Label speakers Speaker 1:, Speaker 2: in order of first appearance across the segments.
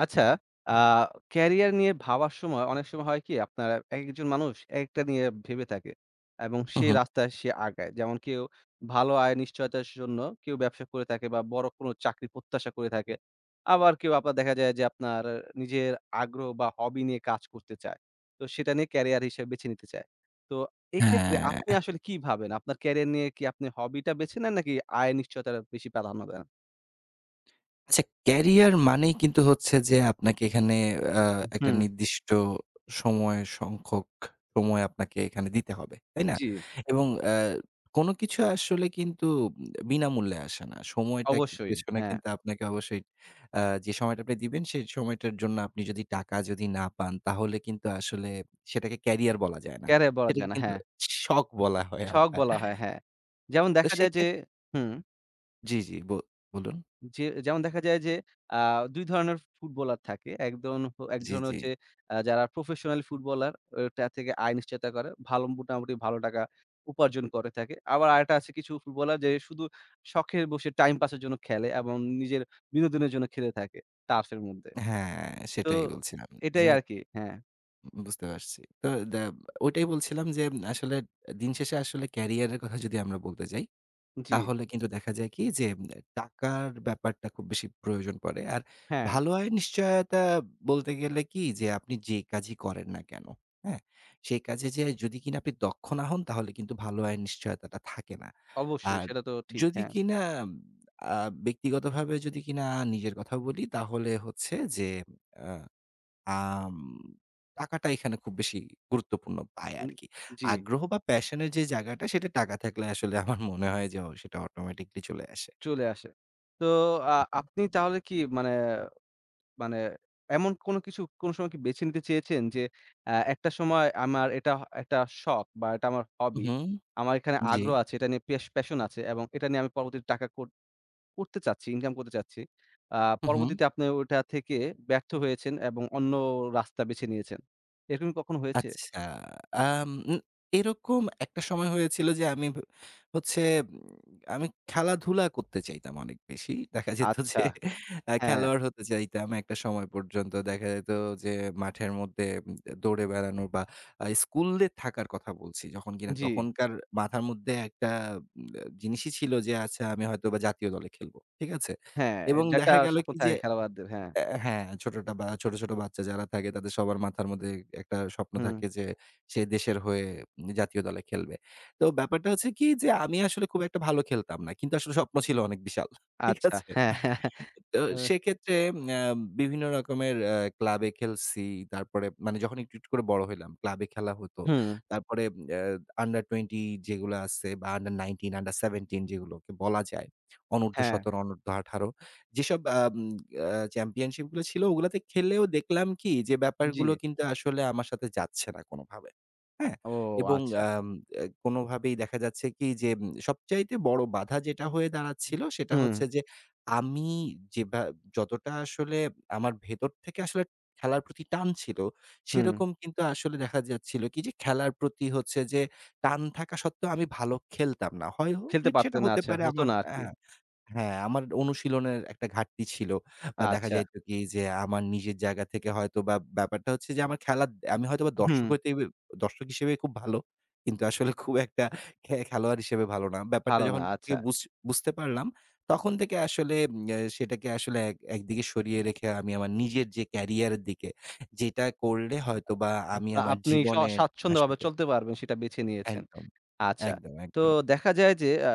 Speaker 1: আচ্ছা, আ ক্যারিয়ার নিয়ে ভাবার সময় অনেক সময় হয় কি আপনার, একেকজন মানুষ একেকটা নিয়ে ভেবে থাকে এবং
Speaker 2: হু,
Speaker 1: সেই
Speaker 2: হু।
Speaker 1: রাস্তায় সে আগায়। যেমন কেউ ভালো আয়ের নিশ্চয়তার জন্য, কেউ ব্যবসা করে থাকে বা বড় কোনো চাকরি প্রত্যাশা করে থাকে। আবার কেউ আপনার দেখা যায় যে আপনার নিজের আগ্রহ বা হবি নিয়ে কাজ করতে চায়। তো সেটা নিয়ে ক্যারিয়ার হিসেবে বেছে নিতে চায়। তো এক্ষেত্রে আপনি
Speaker 2: হ্যাঁ,
Speaker 1: আসলে কি ভাবেন? আপনার ক্যারিয়ার নিয়ে কি আপনি হবিটা বেছে নেন নাকি আয়ের নিশ্চয়তার বেশি প্রাধান্য দেন?
Speaker 2: আচ্ছা, ক্যারিয়ার মানেই কিন্তু হচ্ছে যে আপনাকে এখানে আ
Speaker 1: উ
Speaker 2: একটা
Speaker 1: হুম।
Speaker 2: নির্দিষ্ট সংখ্যক সময় আপনাকে এখানে দিতে হবে। তাই না?
Speaker 1: জি,
Speaker 2: এবং কোনো কিছু আসলে কিন্তু বিনামূল্যে আসে না। সময়টা কি
Speaker 1: অবশ্যই।
Speaker 2: পেছনে
Speaker 1: হ্যাঁ।
Speaker 2: কিন্তু আপনাকে অবশ্যই আ যে সময়টা আপনি দিবেন সেই সময়টার জন্য আপনি যদি টাকা যদি না পান তাহলে কিন্তু আসলে সেটাকে ক্যারিয়ার বলা যায় না।
Speaker 1: ক্যারিয়ার বলা
Speaker 2: সেটাকে
Speaker 1: যায় না।
Speaker 2: কিন্তু
Speaker 1: হ্যাঁ,
Speaker 2: শখ বলা হয়
Speaker 1: শখ
Speaker 2: আবার।
Speaker 1: বলা হয়, হ্যাঁ। যেমন
Speaker 2: তো
Speaker 1: দেখা যায় যে
Speaker 2: সেক্ষেত
Speaker 1: হুম,
Speaker 2: জি, জি, বলুন।
Speaker 1: যেমন দেখা যায় যে আ ২ ধরনের ফুটবলার থাকে। একজন এক
Speaker 2: জি,
Speaker 1: ধরনের
Speaker 2: জি।
Speaker 1: হচ্ছে যারা প্রফেশনাল ফুটবলার, ওটা থেকে আয় নিশ্চয়তা করে। মোটামুটি ভালো টাকা উপার্জন করে থাকে। আবার আরেকটা আছে, কিছু ফুটবলার যে শুধু শখের বসে টাইম পাসের জন্য খেলে এবং নিজের বিনোদনের জন্য খেলে থাকে টার্ফের মধ্যে।
Speaker 2: হ্যাঁ,
Speaker 1: তো
Speaker 2: সেটাই বলছিলাম যে
Speaker 1: এটাই আরকি। হ্যাঁ,
Speaker 2: বুঝতে পারছি। তো দা ওইটাই বলছিলাম যে আসলে দিন শেষে আসলে ক্যারিয়ারের কথা যদি আমরা বলতে যাই,
Speaker 1: জি,
Speaker 2: তাহলে কিন্তু দেখা যায় কি যে টাকার ব্যাপারটা খুব বেশি প্রয়োজন পড়ে। আর
Speaker 1: হ্যাঁ,
Speaker 2: ভালো আয়ের নিশ্চয়তা বলতে গেলে কি যে আপনি যে কাজই করেন না কেন, হ্যাঁ? সেই কাজে যে যদি কিনা আপনি দক্ষ না হন তাহলে কিন্তু ভালো আয়ের নিশ্চয়তাটা থাকে না।
Speaker 1: অবশ্যই
Speaker 2: আর
Speaker 1: সেটা তো ঠিক।
Speaker 2: যদি
Speaker 1: হ্যাঁ,
Speaker 2: কিনা আ ব্যক্তিগতভাবে যদি কিনা নিজের কথা বলি তাহলে হচ্ছে যে আ আম টাকাটা এখানে খুব বেশি গুরুত্বপূর্ণ পায়
Speaker 1: উম
Speaker 2: আরকি।
Speaker 1: জি।
Speaker 2: আগ্রহ বা প্যাশন এর যে জায়গাটা সেটা টাকা থাকলে আসলে আমার মনে হয় যে, ও সেটা অটোমেটিকলি চলে আসে।
Speaker 1: চলে আসে। তো আ আপনি
Speaker 2: হুম।
Speaker 1: তাহলে কি মানে এমন কোনো কিছু কোনো সময় কি বেছে নিতে চেয়েছেন যে, একটা সময় আমার এটা একটা শখ বা এটা আমার হবি।
Speaker 2: হুম,
Speaker 1: আমার এখানে
Speaker 2: জি।
Speaker 1: আগ্রহ আছে, এটা নিয়ে প্যাশন আছে এবং এটা নিয়ে আমি পরবর্তীতে টাকা করতে চাচ্ছি, ইনকাম করতে চাচ্ছি। আ
Speaker 2: হু, হু।
Speaker 1: পরবর্তীতে আপনি ওটা থেকে ব্যর্থ হয়েছেন এবং অন্য রাস্তা বেছে নিয়েছেন। এরকম কি কখনো হয়েছে?
Speaker 2: আচ্ছা, আম উম এরকম একটা সময় হয়েছিল যে আমি ভ হচ্ছে উম আমি খেলাধুলা করতে চাইতাম অনেক বেশি। দেখা যেত যে
Speaker 1: আচ্ছা, হ্যাঁ,
Speaker 2: খেলোয়াড় হতে চাইতাম একটা সময় পর্যন্ত। দেখা যেত যে মাঠের মধ্যে দৌড়ে বেড়ানো বা স্কুলে থাকার কথা বলছি যখন কিনা
Speaker 1: জি,
Speaker 2: তখনকার মাথার মধ্যে একটা উম জিনিসই ছিল যে আচ্ছা আমি হয়তোবা জাতীয় দলে খেলবো। ঠিক আছে?
Speaker 1: হ্যাঁ,
Speaker 2: এবং
Speaker 1: যেটা
Speaker 2: দেখা গেল
Speaker 1: স্বপ্ন
Speaker 2: কি যে
Speaker 1: থাকে খেলোয়াড়দের। হ্যাঁ,
Speaker 2: হ্যাঁ, ছোট, ছোট বাচ্চা যারা থাকে তাদের সবার মাথার মধ্যে একটা স্বপ্ন
Speaker 1: হুম,
Speaker 2: থাকে যে সে দেশের হয়ে জাতীয় দলে খেলবে। তো ব্যাপারটা হচ্ছে কি যে আমি আসলে খুব একটা ভালো খেলতাম না। কিন্তু আসলে স্বপ্ন ছিল অনেক বিশাল। ঠিক
Speaker 1: আচ্ছা,
Speaker 2: আছে?
Speaker 1: হ্যাঁ,
Speaker 2: তো
Speaker 1: হ্যাঁ,
Speaker 2: সেক্ষেত্রে অ্যা বিভিন্ন রকমের ক্লাবে খেলছি। তারপরে মানে যখন একটু, একটু করে বড় হইলাম ক্লাবে খেলা হতো।
Speaker 1: হুম।
Speaker 2: তারপরে অ্যা আন্ডার-20 যেগুলো আছে বা আন্ডার-19, আন্ডার-17 যেগুলোকে বলা যায়।
Speaker 1: হ্যাঁ,
Speaker 2: অনূর্ধ্ব-১৭, অনূর্ধ্ব-18 যেসব আম আ চ্যাম্পিয়নশিপ গুলো ছিল ওগুলাতে খেললেও দেখলাম কি যে
Speaker 1: জি।
Speaker 2: ব্যাপারগুলো কিন্তু আসলে আমার সাথে যাচ্ছে না কোনোভাবে। হ্যাঁ?
Speaker 1: ও
Speaker 2: এবং
Speaker 1: আচ্ছা।
Speaker 2: আম এ কোনোভাবেই দেখা যাচ্ছে কি যে সবচাইতে বড় বাধা যেটা হয়ে দাঁড়াচ্ছিল সেটা
Speaker 1: হুম,
Speaker 2: হচ্ছে যে আমি যেভা যতটা আসলে আমার ভেতর থেকে আসলে খেলার প্রতি টান ছিল,
Speaker 1: হুম।
Speaker 2: সেরকম কিন্তু আসলে দেখা যাচ্ছিল কি যে খেলার প্রতি হচ্ছে যে টান থাকা সত্ত্বেও আমি ভালো খেলতাম না। হয় হ
Speaker 1: খেলতে
Speaker 2: সেটা
Speaker 1: পারতেন না।
Speaker 2: হতে
Speaker 1: আচ্ছা,
Speaker 2: পারে
Speaker 1: হতো
Speaker 2: আমার
Speaker 1: না আরকি।
Speaker 2: হ্যাঁ, আমার অনুশীলনের একটা ঘাটতি ছিল। বা দেখা
Speaker 1: আচ্ছা।
Speaker 2: যাইত কি যে আমার নিজের জায়গা থেকে হয়তোবা ব্যাপারটা হচ্ছে যে আমার খেলা আমি হয়তোবা
Speaker 1: হুম,
Speaker 2: দর্শক হিসেবে খুব ভালো। কিন্তু আসলে খুব একটা খেলোয়াড় হিসেবে ভালো না। ব্যাপারটা
Speaker 1: ভালো না।
Speaker 2: যখন থেকে
Speaker 1: আচ্ছা।
Speaker 2: বুঝ বুঝতে পারলাম, তখন থেকে আসলে উম আ সেটাকে আসলে একদিকে সরিয়ে রেখে আমি আমার নিজের যে ক্যারিয়ারের দিকে, যেটা করলে হয়তোবা আমি আমার
Speaker 1: আপনি
Speaker 2: জীবনে
Speaker 1: স্বাচ্ছন্দ্যভাবে
Speaker 2: আসলে
Speaker 1: চলতে পারবেন সেটা বেছে নিয়েছেন।
Speaker 2: একদম,
Speaker 1: আচ্ছা। তো
Speaker 2: একদম।
Speaker 1: দেখা যায় যে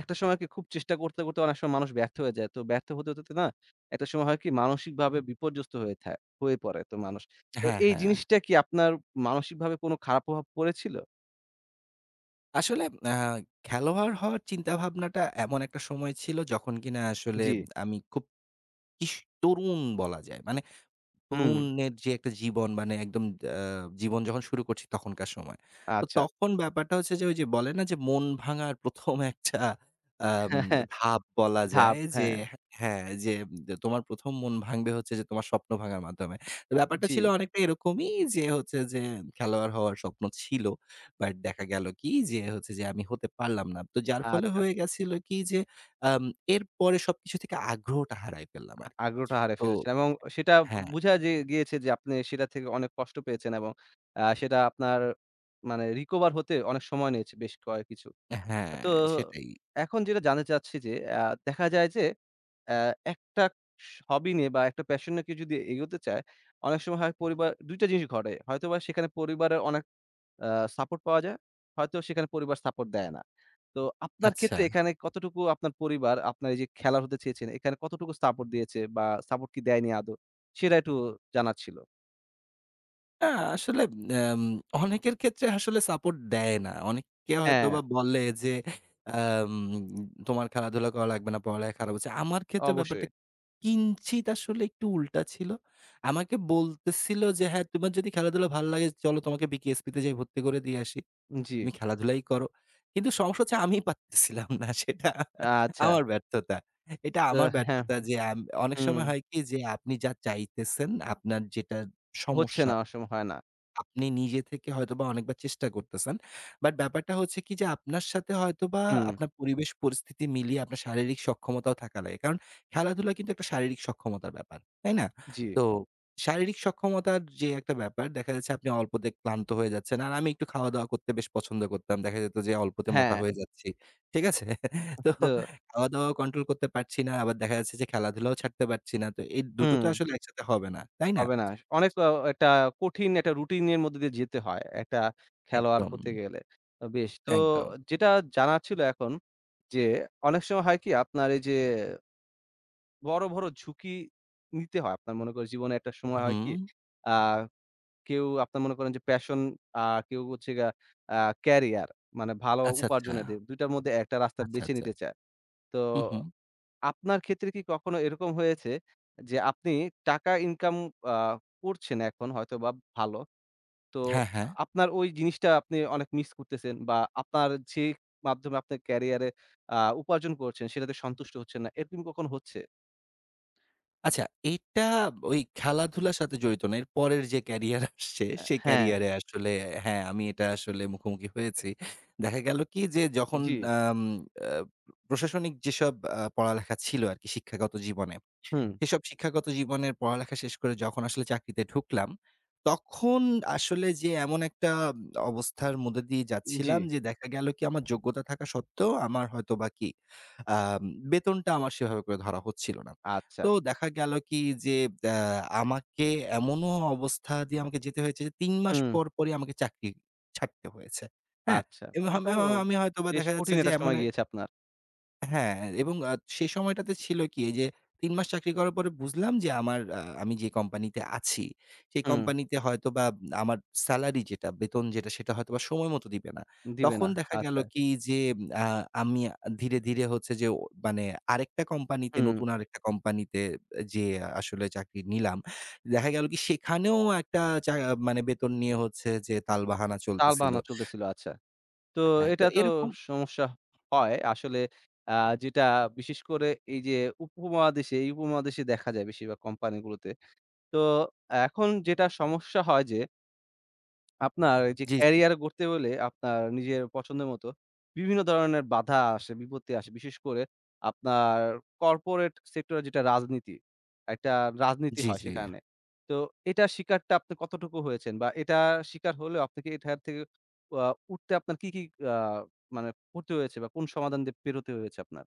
Speaker 1: একটা সময় কি খুব চেষ্টা করতে, করতে অনেক সময় মানুষ ব্যর্থ হয়ে যায়। তো ব্যর্থ হতে, হতে না একটা সময় হয় কি মানসিকভাবে বিপর্যস্ত হয়ে হয়ে পড়ে তো মানুষ। তো
Speaker 2: হ্যাঁ,
Speaker 1: এই
Speaker 2: হ্যাঁ।
Speaker 1: জিনিসটা কি আপনার মানসিকভাবে কোনো খারাপ প্রভাব পড়েছিল?
Speaker 2: আসলে আ খেলোয়াড় হওয়ার চিন্তাভাবনাটা এমন একটা সময় ছিল যখন কিনা আসলে
Speaker 1: জি।
Speaker 2: আমি খুব কিস তরুণ বলা যায়। মানে
Speaker 1: হুম,
Speaker 2: তরুণের যে একটা জীবন মানে একদম আ জীবন যখন শুরু করছি তখনকার সময়। তো
Speaker 1: আচ্ছা।
Speaker 2: তখন ব্যাপারটা হচ্ছে যে ওই যে বলে না যে মন ভাঙার ১ম একটা আম ধাপ বলা যায়
Speaker 1: ধাপ,
Speaker 2: যে
Speaker 1: হ্যাঁ।
Speaker 2: হ্যাঁ, যে তোমার ১ম মন ভাঙবে হচ্ছে যে তোমার স্বপ্ন ভাঙার মাধ্যমে। তো ব্যাপারটা
Speaker 1: জি,
Speaker 2: ছিল অনেকটা এরকমই যে হচ্ছে যে খেলোয়াড় হওয়ার স্বপ্ন ছিল। বাট দেখা গেল কি যে হচ্ছে যে আমি হতে পারলাম না। তো যার ফলে
Speaker 1: আচ্ছা।
Speaker 2: হয়ে গেছিল কি যে আম এরপরে সবকিছু থেকে আগ্রহটা হারায় ফেললাম আরকি।
Speaker 1: আগ্রহটা হারিয়ে
Speaker 2: তো
Speaker 1: ফেলেছেন এবং সেটা
Speaker 2: হ্যাঁ।
Speaker 1: বুঝা যে গিয়েছে যে আপনি সেটা থেকে অনেক কষ্ট পেয়েছেন এবং সেটা আপনার মানে রিকভার হতে অনেক সময় নিয়েছে, বেশ কিছু।
Speaker 2: হ্যাঁ,
Speaker 1: তো
Speaker 2: সেটাই।
Speaker 1: এখন যেটা জানতে চাচ্ছি যে, দেখা যায় যে আ একটা হবি নিয়ে বা একটা প্যাশন নিয়ে কেউ যদি এগোতে চায়, অনেক সময় হয় পরিবার, ২ টা জিনিস ঘটে। হয়তোবা সেখানে পরিবারের অনেক আ সাপোর্ট পাওয়া যায়। হয়তো সেখানে পরিবার সাপোর্ট দেয় না। তো আপনার
Speaker 2: আচ্ছা।
Speaker 1: ক্ষেত্রে এখানে কতটুকু আপনার পরিবার আপনার এই যে খেলার হতে চেয়েছেন, এখানে কতটুকু সাপোর্ট দিয়েছে বা সাপোর্ট কি দেয়নি আদৌ? সেটা একটু জানার ছিল।
Speaker 2: আ আসলে আম অনেকের ক্ষেত্রে আসলে সাপোর্ট দেয় না। অনেকে
Speaker 1: হ্যাঁ,
Speaker 2: হয়তোবা বলে যে, আম "তোমার খেলাধুলা করা লাগবে না, পড়ালেখা খারাপ হচ্ছে।" আমার ক্ষেত্রে ব্যাপারটা
Speaker 1: অবশ্যই।
Speaker 2: কিঞ্চিত আসলে একটু উল্টা ছিল। আমাকে বলতেছিল যে, "হ্যাঁ, তোমার যদি খেলাধুলা ভাল লাগে, চলো তোমাকে বিকেএসপিতে যাই ভর্তি করে দিয়ে আসি।"
Speaker 1: জি,
Speaker 2: তুমি খেলাধুলাই করো। কিন্তু সমস্যা হচ্ছে আমি পারতেছিলাম না সেটা
Speaker 1: আচ্ছা।
Speaker 2: আমার ব্যর্থতা। এটা
Speaker 1: তো
Speaker 2: আমার
Speaker 1: হ্যাঁ,
Speaker 2: ব্যর্থতা যে অনেক
Speaker 1: হুম,
Speaker 2: সময় হয় কি যে আপনি যা চাইতেছেন, আপনার যেটা
Speaker 1: হচ্ছে
Speaker 2: সমস্যা
Speaker 1: না অসময় হয় না।
Speaker 2: আপনি নিজে থেকে হয়তোবা অনেকবার চেষ্টা করতেছেন। বাট ব্যাপারটা হচ্ছে কি যে আপনার সাথে হয়তোবা
Speaker 1: হুম,
Speaker 2: আপনার পরিবেশ পরিস্থিতি মিলিয়ে আপনার শারীরিক সক্ষমতাও থাকা লাগে। কারণ খেলাধুলা কিন্তু একটা শারীরিক সক্ষমতার ব্যাপার। তাই না?
Speaker 1: জি,
Speaker 2: তো শারীরিক সক্ষমতার যে একটা ব্যাপার দেখা যাচ্ছে আপনি অল্পতে ক্লান্ত হয়ে যাচ্ছেন। আর আমি একটু খাওয়া-দাওয়া করতে বেশ পছন্দ করতাম। দেখা যেত যে অল্পতে মোটা
Speaker 1: হ্যাঁ,
Speaker 2: হয়ে যাচ্ছি। ঠিক আছে? তো
Speaker 1: তো
Speaker 2: খাওয়া-দাওয়া কন্ট্রোল করতে পারছি না। আবার দেখা যাচ্ছে যে খেলাধুলাও ছাড়তে পারছি না। তো এই দুটো তো
Speaker 1: হুম।
Speaker 2: আসলে একসাথে হবে না। তাই না?
Speaker 1: হবে না। অনেক একটা কঠিন একটা রুটিন এর মধ্যে দিয়ে যেতে হয়, একটা খেলোয়াড়
Speaker 2: একদম,
Speaker 1: হতে গেলে। বেশ, তো
Speaker 2: একদম।
Speaker 1: যেটা জানার ছিল এখন যে, অনেক সময় হয় কি আপনার এই যে বড়, বড় ঝুঁকি নিতে হয়। আপনার মনে করেন জীবনে একটা সময় হয়
Speaker 2: হুম।
Speaker 1: কি, আ কেউ আপনার মনে করেন যে প্যাশন, আ কেউ হচ্ছে গিয়া আ ক্যারিয়ার মানে ভালো
Speaker 2: আচ্ছা, আচ্ছা।
Speaker 1: উপার্জনের দিক, ২ টার মধ্যে একটা রাস্তা
Speaker 2: আচ্ছা,
Speaker 1: বেছে
Speaker 2: আচ্ছা।
Speaker 1: নিতে চায়। তো
Speaker 2: হুম, হুম।
Speaker 1: আপনার ক্ষেত্রে কি কখনো এরকম হয়েছে যে আপনি টাকা ইনকাম আ করছেন এখন হয়তোবা ভালো। তো
Speaker 2: হ্যাঁ, হ্যাঁ।
Speaker 1: আপনার ওই জিনিসটা আপনি অনেক মিস করতেছেন, বা আপনার যে মাধ্যমে আপনার ক্যারিয়ারে আ উপার্জন করছেন সেটাতে সন্তুষ্ট হচ্ছেন না। এরকম কখনো হচ্ছে?
Speaker 2: আচ্ছা, এটা ওই খেলাধুলার সাথে জড়িত না। এর পরের যে ক্যারিয়ার আসছে সেই
Speaker 1: হ্যাঁ।
Speaker 2: ক্যারিয়ারে আসলে হ্যাঁ, আমি এটা আসলে মুখোমুখি হয়েছি। দেখা গেল কি যে যখন
Speaker 1: জি,
Speaker 2: আম আ প্রশাসনিক যেসব পড়ালেখা ছিল আরকি শিক্ষাগত জীবনে
Speaker 1: হুম,
Speaker 2: সেসব শিক্ষাগত জীবনের পড়ালেখা শেষ করে যখন আসলে চাকরিতে ঢুকলাম, তখন আসলে যে এমন একটা অবস্থার মধ্যে দিয়ে
Speaker 1: জি,
Speaker 2: যাচ্ছিলাম যে দেখা গেল কি আমার যোগ্যতা থাকা সত্ত্বেও আমার হয়তোবা কি আম বেতনটা আমার সেভাবে করে ধরা হচ্ছিল না।
Speaker 1: আচ্ছা,
Speaker 2: তো দেখা গেল কি যে আ আমাকে এমনও অবস্থা দিয়ে আমাকে যেতে হয়েছে যে ৩ মাস
Speaker 1: হুম,
Speaker 2: পরই আমাকে চাকরি ছাড়তে হয়েছে। হ্যাঁ?
Speaker 1: আচ্ছা।
Speaker 2: এবং
Speaker 1: এটা তো
Speaker 2: আমি হয়তোবা
Speaker 1: বেশ
Speaker 2: দেখা যাচ্ছে
Speaker 1: কঠিন
Speaker 2: যে
Speaker 1: একটা
Speaker 2: এমন
Speaker 1: সময় গিয়েছে আপনার।
Speaker 2: হ্যাঁ, এবং সেই সময়টাতে ছিল কি এই যে ৩ মাস চাকরি করার পরে বুঝলাম যে আমার আ আমি যে কোম্পানিতে আছি, সেই
Speaker 1: হুম,
Speaker 2: কোম্পানিতে হয়তোবা আমার সেলারি যেটা, বেতন যেটা সেটা হয়তোবা সময় মতো দিবে না।
Speaker 1: দিবে
Speaker 2: তখন
Speaker 1: না।
Speaker 2: দেখা গেল
Speaker 1: আচ্ছা,
Speaker 2: কি যে আ আমি ধীরে, ধীরে হচ্ছে যে ও মানে আরেকটা কোম্পানিতে
Speaker 1: হুম,
Speaker 2: নতুন আরেকটা কোম্পানিতে যেয়ে আসলে চাকরি নিলাম। দেখা গেল কি সেখানেও একটা চা মানে বেতন নিয়ে হচ্ছে যে টালবাহানা চলতেছিল।
Speaker 1: টালবাহানা চলতেছিল। আচ্ছা। তো
Speaker 2: হ্যাঁ, তো
Speaker 1: এটা তো
Speaker 2: এরকম
Speaker 1: সমস্যা হয়। আসলে আ যেটা বিশেষ করে এই যে উপমহাদেশে, এই উপমহাদেশে দেখা যায় বেশিরভাগ কোম্পানিগুলোতে। তো এখন যেটা সমস্যা হয় যে আপনার এই যে
Speaker 2: জি, জি।
Speaker 1: ক্যারিয়ার গড়তে হলে আপনার নিজের পছন্দের মতো বিভিন্ন ধরনের বাধা আসে, বিপত্তি আসে। বিশেষ করে আপনার কর্পোরেট সেক্টরে যেটা রাজনীতি, একটা রাজনীতি
Speaker 2: জি,
Speaker 1: হয়
Speaker 2: জি।
Speaker 1: সেখানে। তো এটার শিকারটা আপনি কতটুকু হয়েছেন? বা এটা শিকার হলেও আপনাকে এটার থেকে আ উঠতে আপনার কি, কি আ মানে করতে হয়েছে বা কোন সমাধান দিয়ে পেরোতে হয়েছে আপনার?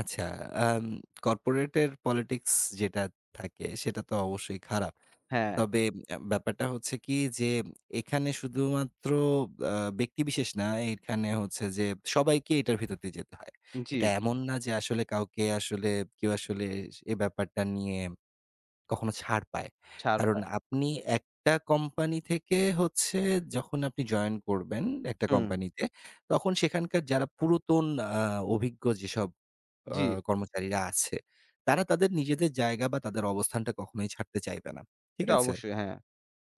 Speaker 2: আচ্ছা, আম কর্পোরেটের পলিটিক্স যেটা থাকে সেটা তো অবশ্যই খারাপ।
Speaker 1: হ্যাঁ,
Speaker 2: তবে ব্যাপারটা হচ্ছে কি যে এখানে শুধুমাত্র আ ব্যক্তিবিশেষ না, এখানে হচ্ছে যে সবাইকে এটার ভিতর দিয়ে যেতে হয়।
Speaker 1: জি,
Speaker 2: এটা এমন না যে আসলে কাউকে আসলে কেউ আসলে এ ব্যাপারটা নিয়ে কখনো ছাড় পায়।
Speaker 1: ছাড়
Speaker 2: কারণ
Speaker 1: পায়।
Speaker 2: আপনি একটা কোম্পানি থেকে হচ্ছে যখন আপনি জয়েন করবেন একটা
Speaker 1: হুম,
Speaker 2: কোম্পানিতে, তখন সেখানকার যারা পুরাতন আ অভিজ্ঞ যেসব আ
Speaker 1: জি,
Speaker 2: কর্মচারীরা আছে, তারা তাদের নিজেদের জায়গা বা তাদের অবস্থানটা কখনোই ছাড়তে চাইবে না। ঠিক
Speaker 1: এটা
Speaker 2: আছে?
Speaker 1: অবশ্যই হ্যাঁ।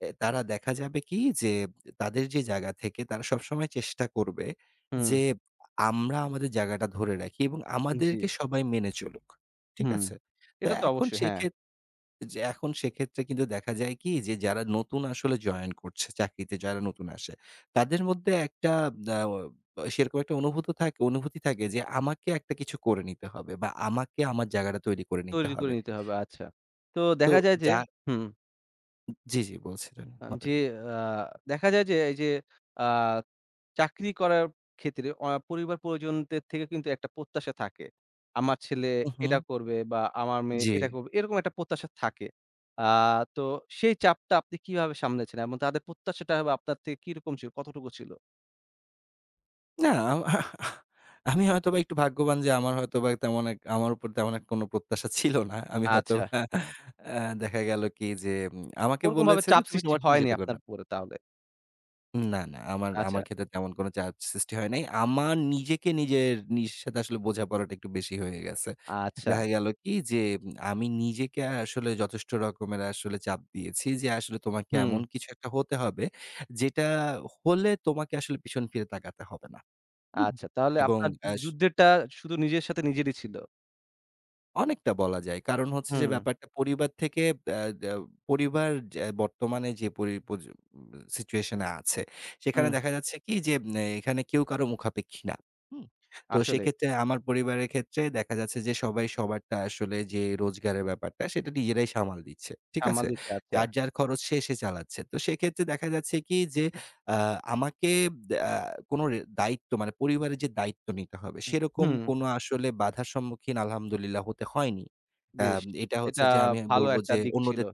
Speaker 2: তারা দেখা যাবে কি যে তাদের যে জায়গা থেকে তারা সবসময় চেষ্টা করবে
Speaker 1: হুম,
Speaker 2: যে আমরা আমাদের জায়গাটা ধরে রাখি এবং
Speaker 1: জি,
Speaker 2: আমাদেরকে সবাই মেনে চলুক। ঠিক
Speaker 1: হুম।
Speaker 2: আছে? তো
Speaker 1: এটা তো
Speaker 2: এখন
Speaker 1: অবশ্যই, হ্যাঁ।
Speaker 2: সেক্ষে যে এখন সেক্ষেত্রে কিন্তু দেখা যায় কি যে যারা নতুন আসলে জয়েন করছে চাকরিতে যারা নতুন আসে, তাদের মধ্যে একটা আ অ সেরকম একটা অনুভূতি থাকে যে আমাকে একটা কিছু করে নিতে হবে বা আমাকে আমার জায়গাটা তৈরি করে নিতে
Speaker 1: তৈরি করে
Speaker 2: হবে।
Speaker 1: নিতে হবে। আচ্ছা। তো
Speaker 2: তো
Speaker 1: দেখা যায় যে
Speaker 2: যা
Speaker 1: হুম,
Speaker 2: জি, জি, বলছিলেন,
Speaker 1: আ
Speaker 2: বলেন।
Speaker 1: যে আ দেখা যায় যে এই যে আ চাকরি করার ক্ষেত্রে পরিবার-পরিজনদের থেকে কিন্তু একটা প্রত্যাশা থাকে। আমার ছেলে
Speaker 2: হু, হু।
Speaker 1: এটা করবে বা আমার মেয়ে
Speaker 2: জি।
Speaker 1: এটা করবে। এরকম একটা প্রত্যাশা থাকে। আ তো সেই চাপটা আপনি কিভাবে সামলেছেন? এবং তাদের প্রত্যাশাটা বা আপনার থেকে কিরকম ছিল? কতটুকু ছিল?
Speaker 2: না, আমি হয়তোবা একটু ভাগ্যবান যে আমার হয়তোবা তেমন এক আমার উপর তেমন এক কোনো প্রত্যাশা ছিল না। আমি
Speaker 1: আচ্ছা।
Speaker 2: হয়তোবা দেখা গেল কি যে আমাকে
Speaker 1: ওরকমভাবে
Speaker 2: বলেছে যে,
Speaker 1: চাপ
Speaker 2: "তুমি
Speaker 1: সৃষ্টি
Speaker 2: তোমারটা নিজে
Speaker 1: হয়নি
Speaker 2: থেকে করে
Speaker 1: আপনার
Speaker 2: নাও।"
Speaker 1: উপরে তাহলে।
Speaker 2: না, না। আমার
Speaker 1: আচ্ছা,
Speaker 2: আমার ক্ষেত্রে তেমন কোনো চাপ সৃষ্টি হয় নাই। আমার নিজেকে নিজের নিজের সাথে আসলে বোঝাপড়াটা একটু বেশি হয়ে গেছে।
Speaker 1: আচ্ছা।
Speaker 2: দেখা গেল কি যে উম, আমি নিজেকে আসলে যথেষ্ট রকমের আসলে চাপ দিয়েছি যে আসলে তোমাকে
Speaker 1: হুম,
Speaker 2: এমন কিছু একটা হতে হবে যেটা হলে তোমাকে আসলে পিছন ফিরে তাকাতে হবে না। হুম?
Speaker 1: আচ্ছা। তাহলে
Speaker 2: এবং
Speaker 1: আপনার
Speaker 2: আস
Speaker 1: যুদ্ধেরটা শুধু নিজের সাথে নিজেরই ছিল।
Speaker 2: অনেকটা বলা যায়। কারণ হচ্ছে যে
Speaker 1: হুম,
Speaker 2: ব্যাপারটা পরিবার থেকে আ আ পরিবার যা বর্তমানে যে পরি পজি সিচুয়েশন এ আছে, সেখানে
Speaker 1: হুম,
Speaker 2: দেখা যাচ্ছে কি যে এখানে কেউ কারো মুখাপেক্ষী না। হুম? তো
Speaker 1: আসলে
Speaker 2: সেক্ষেত্রে আমার পরিবারের ক্ষেত্রে দেখা যাচ্ছে যে সবাই সবারটা আসলে যে রোজগারের ব্যাপারটা সেটা নিজেরাই সামাল দিচ্ছে। ঠিক
Speaker 1: সামাল
Speaker 2: আছে?
Speaker 1: দিচ্ছে, আচ্ছা।
Speaker 2: যার, যার খরচ সে, সে চালাচ্ছে। তো সেক্ষেত্রে দেখা যাচ্ছে কি যে আ আমাকে দে আ কোনো দায়িত্ব মানে পরিবারের যে দায়িত্ব নিতে হবে সেরকম
Speaker 1: হুম,
Speaker 2: কোনো আসলে বাধার সম্মুখীন আলহামদুলিল্লাহ হতে হয়নি। আ
Speaker 1: বেশ।
Speaker 2: এটা হচ্ছে
Speaker 1: এটা
Speaker 2: যে আমি
Speaker 1: ভালো
Speaker 2: বলব
Speaker 1: একটা
Speaker 2: যে
Speaker 1: দিক ছিল।
Speaker 2: অন্যদের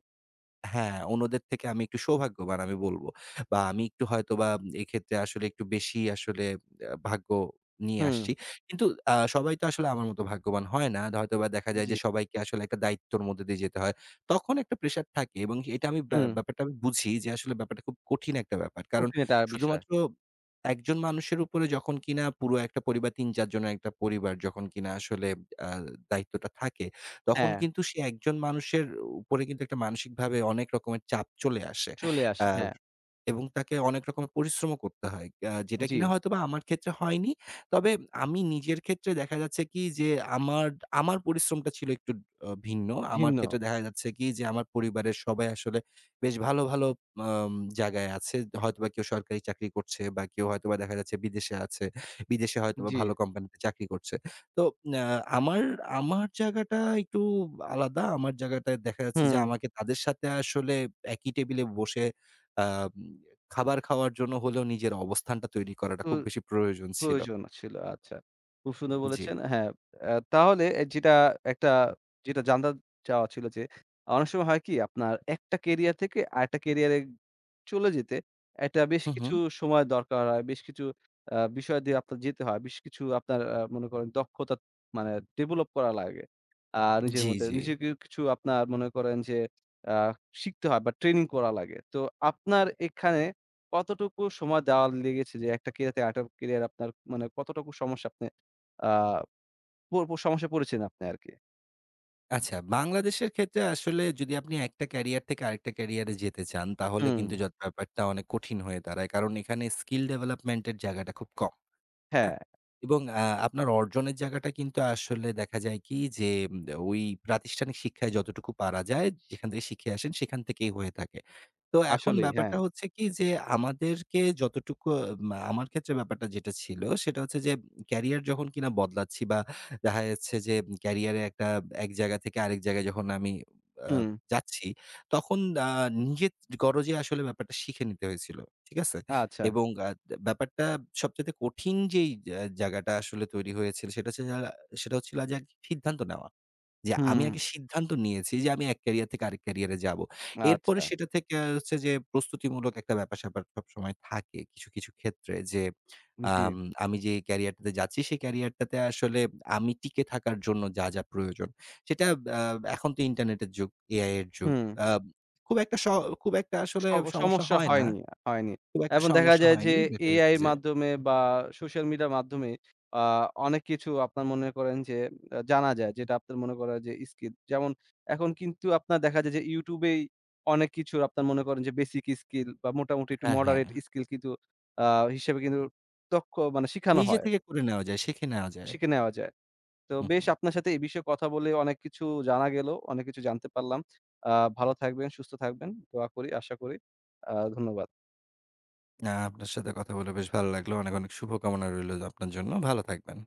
Speaker 2: হ্যাঁ, অন্যদের থেকে আমি একটু সৌভাগ্যবান আমি বলব। বা আমি একটু হয়তোবা এক্ষেত্রে আসলে একটু বেশি আসলে ভাগ্য নিয়ে
Speaker 1: হুম,
Speaker 2: আসছি। কিন্তু সবাই তো আসলে আমার মতো ভাগ্যবান হয় না। হয়তোবা দেখা যায়
Speaker 1: জি,
Speaker 2: যে সবাইকে আসলে একটা দায়িত্বর মধ্যে দিয়ে যেতে হয়। তখন একটা প্রেশার থাকে এবং এটা আমি
Speaker 1: হুম,
Speaker 2: ব্যাপারটা আমি বুঝি যে আসলে ব্যাপারটা খুব কঠিন একটা ব্যাপার। কারণ
Speaker 1: কঠিন একটা বিষয়।
Speaker 2: শুধুমাত্র একজন মানুষের উপরে যখন কিনা পুরো একটা পরিবার ৩-৪ জনের একটা পরিবার যখন কিনা আসলে আ দায়িত্বটা থাকে তখন
Speaker 1: হ্যাঁ,
Speaker 2: কিন্তু সে একজন মানুষের উপরে কিন্তু একটা মানসিকভাবে অনেক রকমের চাপ চলে আসে।
Speaker 1: চলে
Speaker 2: আ
Speaker 1: আসে। হ্যাঁ,
Speaker 2: এবং তাকে অনেক রকমের পরিশ্রমও করতে হয়। যেটা
Speaker 1: জি,
Speaker 2: কিনা হয়তোবা আমার ক্ষেত্রে হয়নি। তবে আমি নিজের ক্ষেত্রে দেখা যাচ্ছে কি যে আমার আমার পরিশ্রমটা ছিল একটু ভিন্ন। আমার
Speaker 1: ভিন্ন।
Speaker 2: ক্ষেত্রে দেখা যাচ্ছে কি যে আমার পরিবারের সবাই আসলে বেশ ভালো, ভালো আম জায়গায় আছে। হয়তোবা কেউ সরকারি চাকরি করছে বা কেউ হয়তোবা দেখা যাচ্ছে বিদেশে আছে। বিদেশে হয়তোবা
Speaker 1: জি,
Speaker 2: ভালো কোম্পানিতে চাকরি করছে। তো আ আমার আমার জায়গাটা একটু আলাদা। আমার জায়গাটায় দেখা যাচ্ছে যে
Speaker 1: হুম,
Speaker 2: আমাকে তাদের সাথে আসলে একই টেবিলে বসে আম খাবার খাওয়ার জন্য হলেও নিজের অবস্থানটা তৈরি করাটা
Speaker 1: তো
Speaker 2: খুব বেশি প্রয়োজন ছিল।
Speaker 1: প্রয়োজন ছিল। আচ্ছা। খুব সুন্দর
Speaker 2: জি।
Speaker 1: বলেছেন। হ্যাঁ, তাহলে একটা যেটা জানতে চাওয়া ছিল যে, অনেক সময় হয় কি আপনার একটা কেরিয়ার থেকে আরেকটা কেরিয়ারে চলে যেতে একটা বেশ
Speaker 2: হু, হু।
Speaker 1: কিছু সময় দরকার হয়। বেশ কিছু বিষয় দিয়ে আপনার যেতে হয়। বেশ কিছু আপনার মনে করেন দক্ষতা মানে ডেভেলপ করা লাগে। নিজের
Speaker 2: জি,
Speaker 1: মধ্যে
Speaker 2: জি।
Speaker 1: নিজেকে কিছু আপনার মনে করেন যে আ শিখতে হয় বা ট্রেনিং করা লাগে। তো আপনার এখানে কতটুকু সময় দেওয়া লেগেছে যে একটা ক্যারিয়ার থেকে আরেকটা ক্যারিয়ার আপনার মানে কতটুকু সমস্যা আপনি আ প প সমস্যায় পড়েছেন আপনি আরকি?
Speaker 2: আচ্ছা, বাংলাদেশের ক্ষেত্রে আসলে যদি আপনি একটা ক্যারিয়ার থেকে আরেকটা ক্যারিয়ারে যেতে চান তাহলে
Speaker 1: হুম,
Speaker 2: কিন্তু ব্যাপারটা অনেক কঠিন হয়ে দাঁড়ায়। কারণ এখানে স্কিল ডেভেলপমেন্ট এর জায়গাটা খুব কম। হ্যাঁ,
Speaker 1: হ্যাঁ,
Speaker 2: এবং আপনার অর্জনের জায়গাটা কিন্তু আসলে দেখা যায় কি যে ওই প্রাতিষ্ঠানিক শিক্ষায় যতটুকু পারা যায়, যেখান থেকে শিখে আসেন সেখান থেকেই হয়ে থাকে। তো এখন
Speaker 1: আসলেই হ্যাঁ।
Speaker 2: ব্যাপারটা হচ্ছে কি যে আমাদেরকে যতটুকু মা আমার ক্ষেত্রে ব্যাপারটা যেটা ছিল সেটা হচ্ছে যে ক্যারিয়ার যখন কিনা বদলাচ্ছি বা দেখা যাচ্ছে যে ক্যারিয়ারে একটা এক জায়গা থেকে আরেক জায়গায় যখন আমি আ
Speaker 1: হুম,
Speaker 2: যাচ্ছি তখন আ নিজের গরজে আসলে ব্যাপারটা শিখে নিতে হয়েছিল। ঠিক আছে?
Speaker 1: আচ্ছা।
Speaker 2: এবং ব্যাপারটা সবচাইতে কঠিন যেই জায়গাটা আসলে তৈরি হয়েছিল সেটা হচ্ছে যা সেটা হচ্ছিল যে আগে সিদ্ধান্ত নেওয়া। যে আমি
Speaker 1: হুম,
Speaker 2: আগে সিদ্ধান্ত নিয়েছি যে আমি এক ক্যারিয়ার থেকে আরেক ক্যারিয়ারে যাবো। এরপরে
Speaker 1: আচ্ছা।
Speaker 2: সেটা থেকে হচ্ছে যে প্রস্তুতিমূলক একটা ব্যাপার-স্যাপার সবসময় থাকে কিছু, কিছু ক্ষেত্রে যে
Speaker 1: জি,
Speaker 2: আম আমি যে ক্যারিয়ারটাতে যাচ্ছি সেই ক্যারিয়ারটাতে আসলে আমি টিকে থাকার জন্য যা, যা প্রয়োজন সেটা আ এখন তো ইন্টারনেটের যুগ, এআই এর যুগ।
Speaker 1: হুম।
Speaker 2: আ খুব একটা স খুব একটা
Speaker 1: স
Speaker 2: আসলে সমস্যা
Speaker 1: সমস্যা
Speaker 2: হয় না।
Speaker 1: হয়নি, হয়নি।
Speaker 2: খুব একটা
Speaker 1: এবং দেখা
Speaker 2: সমস্যা
Speaker 1: যায় যে
Speaker 2: হয়নি। দেখা
Speaker 1: AI
Speaker 2: যাচ্ছে
Speaker 1: এর
Speaker 2: যে
Speaker 1: মাধ্যমে বা সোশ্যাল মিডিয়ার মাধ্যমে আ অনেক কিছু আপনার মনে করেন যে জানা যায় যেটা আপনার মনে করেন যে স্কিল। যেমন এখন কিন্তু আপনার দেখা যায় যে YouTube এই অনেক কিছুর আপনার মনে করেন যে বেসিক স্কিল বা মোটামুটি একটু
Speaker 2: হ্যাঁ, হ্যাঁ,
Speaker 1: মডারেট স্কিল কিন্তু আ হিসেবে কিন্তু দক্ষ মানে শিখানো
Speaker 2: নিজে
Speaker 1: হয়,
Speaker 2: থেকে করে নেওয়া যায়, শিখে নেওয়া যায়।
Speaker 1: শিখে নেওয়া যায়। তো
Speaker 2: হুম,
Speaker 1: বেশ,
Speaker 2: হুম।
Speaker 1: আপনার সাথে এই বিষয়ে কথা বলে অনেক কিছু জানা গেল, অনেক কিছু জানতে পারলাম। আ ভালো থাকবেন, সুস্থ থাকবেন। দোয়া করি, আশা করি। ধন্যবাদ।
Speaker 2: না, আপনার সাথে কথা বলে বেশ ভালো লাগলো। অনেক, অনেক শুভকামনা রইলো আপনার জন্য। ভালো থাকবেন।